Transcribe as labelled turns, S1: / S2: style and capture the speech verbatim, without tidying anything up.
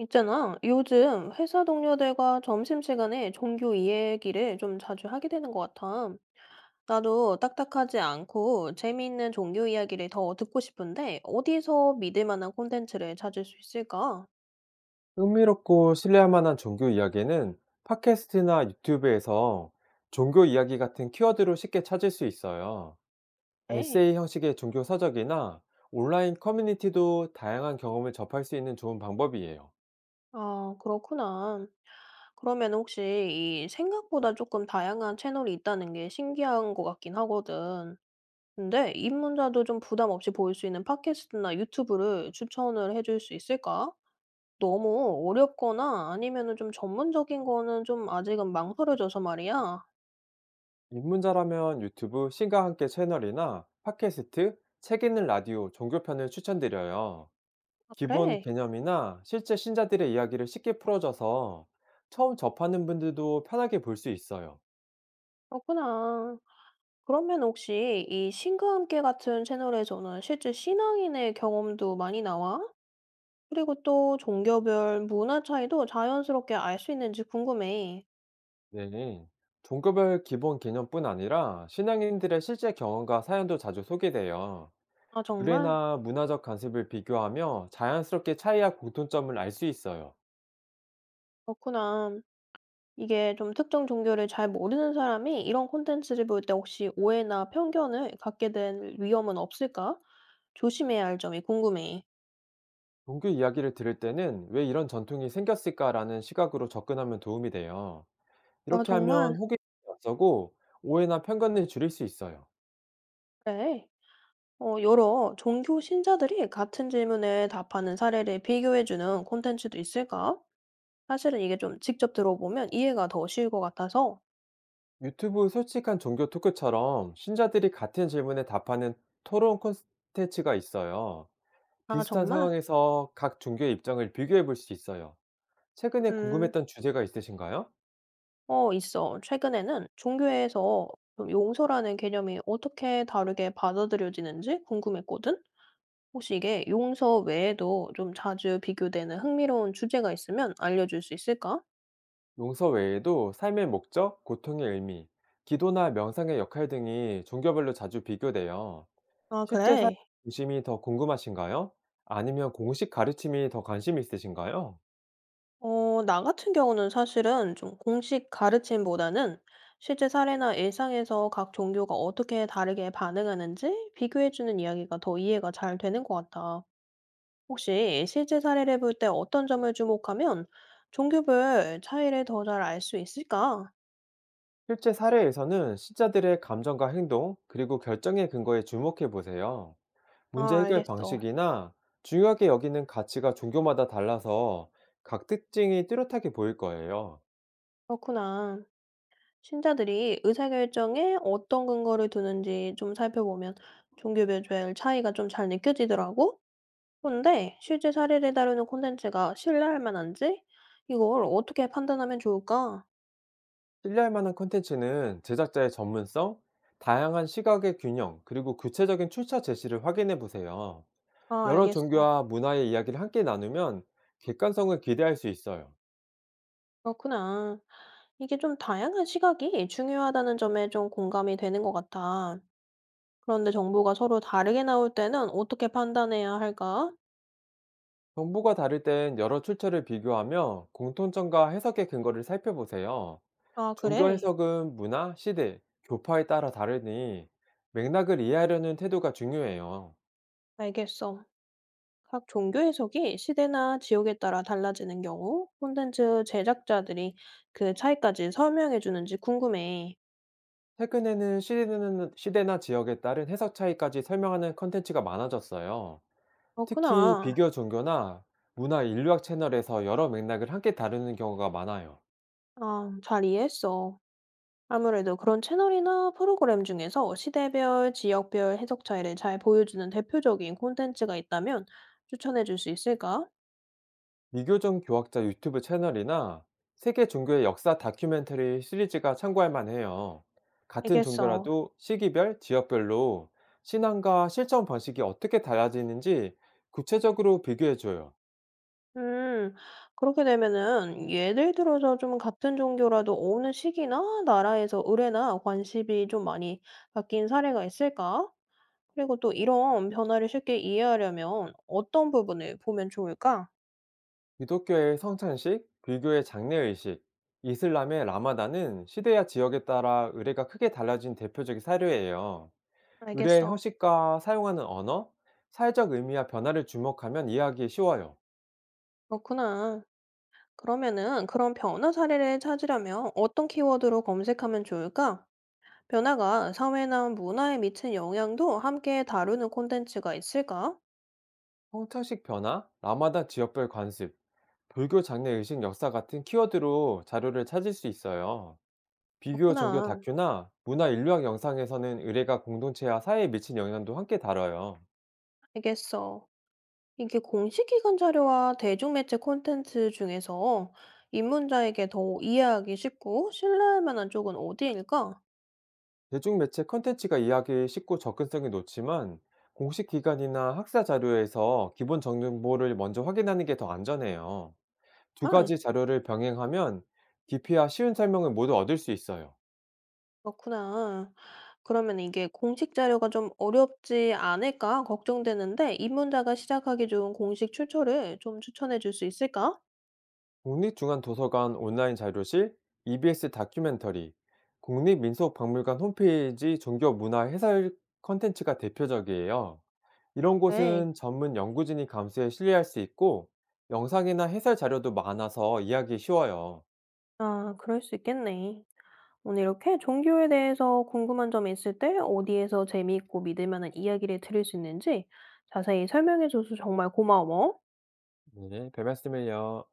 S1: 있잖아. 요즘 회사 동료들과 점심시간에 종교 이야기를 좀 자주 하게 되는 것 같아. 나도 딱딱하지 않고 재미있는 종교 이야기를 더 듣고 싶은데 어디서 믿을 만한 콘텐츠를 찾을 수 있을까?
S2: 흥미롭고 신뢰할 만한 종교 이야기는 팟캐스트나 유튜브에서 종교 이야기 같은 키워드로 쉽게 찾을 수 있어요.
S1: 에이,
S2: 에세이 형식의 종교 서적이나 온라인 커뮤니티도 다양한 경험을 접할 수 있는 좋은 방법이에요.
S1: 아, 그렇구나. 그러면 혹시 이 생각보다 조금 다양한 채널이 있다는 게 신기한 것 같긴 하거든. 근데 입문자도 좀 부담 없이 볼 수 있는 팟캐스트나 유튜브를 추천을 해줄 수 있을까? 너무 어렵거나 아니면은 좀 전문적인 거는 좀 아직은 망설여져서 말이야.
S2: 입문자라면 유튜브 신과 함께 채널이나 팟캐스트, 책 읽는 라디오 종교편을 추천드려요.
S1: 아
S2: 기본
S1: 그래?
S2: 개념이나 실제 신자들의 이야기를 쉽게 풀어줘서 처음 접하는 분들도 편하게 볼 수 있어요.
S1: 그렇구나. 그러면 혹시 이 신과 함께 같은 채널에서는 실제 신앙인의 경험도 많이 나와? 그리고 또 종교별 문화 차이도 자연스럽게 알 수 있는지 궁금해.
S2: 네. 종교별 기본 개념뿐 아니라 신앙인들의 실제 경험과 사연도 자주 소개돼요.
S1: 아 정말?
S2: 의례나 문화적 관습을 비교하며 자연스럽게 차이와 공통점을 알 수 있어요.
S1: 그렇구나. 이게 좀 특정 종교를 잘 모르는 사람이 이런 콘텐츠를 볼 때 혹시 오해나 편견을 갖게 될 위험은 없을까? 조심해야 할 점이 궁금해.
S2: 종교 이야기를 들을 때는 왜 이런 전통이 생겼을까라는 시각으로 접근하면 도움이 돼요.
S1: 아
S2: 이렇게 하면
S1: 정말?
S2: 호기심이 앞서고 오해나 편견을 줄일 수 있어요.
S1: 그래. 어 여러 종교 신자들이 같은 질문에 답하는 사례를 비교해 주는 콘텐츠도 있을까? 사실은 이게 좀 직접 들어보면 이해가 더 쉬울 것 같아서.
S2: 유튜브 솔직한 종교 토크처럼 신자들이 같은 질문에 답하는 토론 콘텐츠가 있어요.
S1: 아
S2: 비슷한
S1: 정말?
S2: 상황에서 각 종교의 입장을 비교해 볼 수 있어요. 최근에
S1: 음.
S2: 궁금했던 주제가 있으신가요?
S1: 어 있어. 최근에는 종교에서 좀 용서라는 개념이 어떻게 다르게 받아들여지는지 궁금했거든? 혹시 이게 용서 외에도 좀 자주 비교되는 흥미로운 주제가 있으면 알려줄 수 있을까?
S2: 용서 외에도 삶의 목적, 고통의 의미, 기도나 명상의 역할 등이 종교별로 자주 비교돼요.
S1: 아
S2: 실제 삶의
S1: 그래.
S2: 중심이 더 궁금하신가요? 아니면 공식 가르침이 더 관심이 있으신가요?
S1: 어, 나 같은 경우는 사실은 좀 공식 가르침보다는 실제 사례나 일상에서 각 종교가 어떻게 다르게 반응하는지 비교해주는 이야기가 더 이해가 잘 되는 것 같아. 혹시 실제 사례를 볼 때 어떤 점을 주목하면 종교별 차이를 더 잘 알 수 있을까?
S2: 실제 사례에서는 신자들의 감정과 행동, 그리고 결정의 근거에 주목해 보세요. 문제
S1: 아,
S2: 해결
S1: 알겠어.
S2: 방식이나 중요하게 여기는 가치가 종교마다 달라서 각 특징이 뚜렷하게 보일 거예요.
S1: 그렇구나. 신자들이 의사결정에 어떤 근거를 두는지 좀 살펴보면 종교별 차이가 좀 잘 느껴지더라고. 근데 실제 사례를 다루는 콘텐츠가 신뢰할 만한지 이걸 어떻게 판단하면 좋을까?
S2: 신뢰할 만한 콘텐츠는 제작자의 전문성, 다양한 시각의 균형, 그리고 구체적인 출처 제시를 확인해 보세요.
S1: 아,
S2: 여러
S1: 알겠어.
S2: 종교와 문화의 이야기를 함께 나누면 객관성을 기대할 수 있어요.
S1: 그렇구나. 이게 좀 다양한 시각이 중요하다는 점에 좀 공감이 되는 것 같아. 그런데 정보가 서로 다르게 나올 때는 어떻게 판단해야 할까?
S2: 정보가 다를 땐 여러 출처를 비교하며 공통점과 해석의 근거를 살펴보세요.
S1: 아,
S2: 종교
S1: 그래.
S2: 해석은 문화, 시대, 교파에 따라 다르니 맥락을 이해하려는 태도가 중요해요.
S1: 알겠어. 각 종교 해석이 시대나 지역에 따라 달라지는 경우 콘텐츠 제작자들이 그 차이까지 설명해 주는지 궁금해.
S2: 최근에는 시대는- 시대나 지역에 따른 해석 차이까지 설명하는 컨텐츠가 많아졌어요. 특히
S1: 그렇구나.
S2: 비교 종교나 문화 인류학 채널에서 여러 맥락을 함께 다루는 경우가 많아요.
S1: 아, 잘 이해했어. 아무래도 그런 채널이나 프로그램 중에서 시대별, 지역별 해석 차이를 잘 보여주는 대표적인 콘텐츠가 있다면 추천해 줄 수 있을까?
S2: 미교정 교학자 유튜브 채널이나 세계 종교의 역사 다큐멘터리 시리즈가 참고할 만해요. 같은
S1: 알겠어.
S2: 종교라도 시기별, 지역별로 신앙과 실천 방식이 어떻게 달라지는지 구체적으로 비교해줘요.
S1: 음, 그렇게 되면은 예를 들어서 좀 같은 종교라도 어느 시기나 나라에서 의례나 관습이 좀 많이 바뀐 사례가 있을까? 그리고 또 이런 변화를 쉽게 이해하려면 어떤 부분을 보면 좋을까?
S2: 기독교의 성찬식, 불교의 장례의식, 이슬람의 라마단은 시대와 지역에 따라 의례가 크게 달라진 대표적인 사례예요. 의례의
S1: 알겠어.
S2: 형식과 사용하는 언어, 사회적 의미와 변화를 주목하면 이해하기 쉬워요.
S1: 그렇구나. 그러면은 그런 변화 사례를 찾으려면 어떤 키워드로 검색하면 좋을까? 변화가 사회나 문화에 미친 영향도 함께 다루는 콘텐츠가 있을까?
S2: 성찰식 변화, 라마다 지역별 관습, 불교 장례 의식 역사 같은 키워드로 자료를 찾을 수 있어요. 비교 종교
S1: 그렇구나.
S2: 다큐나 문화 인류학 영상에서는 의례가 공동체와 사회에 미친 영향도 함께 다뤄요.
S1: 알겠어. 이게 공식 기관 자료와 대중매체 콘텐츠 중에서 입문자에게 더 이해하기 쉽고 신뢰할 만한 쪽은 어디일까?
S2: 대중매체 컨텐츠가 이야기 쉽고 접근성이 높지만 공식 기관이나 학사 자료에서 기본 정보를 먼저 확인하는 게 더 안전해요. 두
S1: 아,
S2: 가지 자료를 병행하면 깊이와 쉬운 설명을 모두 얻을 수 있어요.
S1: 그렇구나. 그러면 이게 공식 자료가 좀 어렵지 않을까 걱정되는데 입문자가 시작하기 좋은 공식 출처를 좀 추천해 줄 수 있을까?
S2: 국립중앙도서관 온라인 자료실, 이비에스 다큐멘터리, 국립민속박물관 홈페이지 종교문화 해설 컨텐츠가 대표적이에요. 이런
S1: 네,
S2: 곳은 전문 연구진이 감수해 신뢰할 수 있고, 영상이나 해설 자료도 많아서 이해하기 쉬워요.
S1: 아, 그럴 수 있겠네. 오늘 이렇게 종교에 대해서 궁금한 점이 있을 때 어디에서 재미있고 믿을 만한 이야기를 들을 수 있는지 자세히 설명해 줘서 정말 고마워.
S2: 네, 별 말씀을요.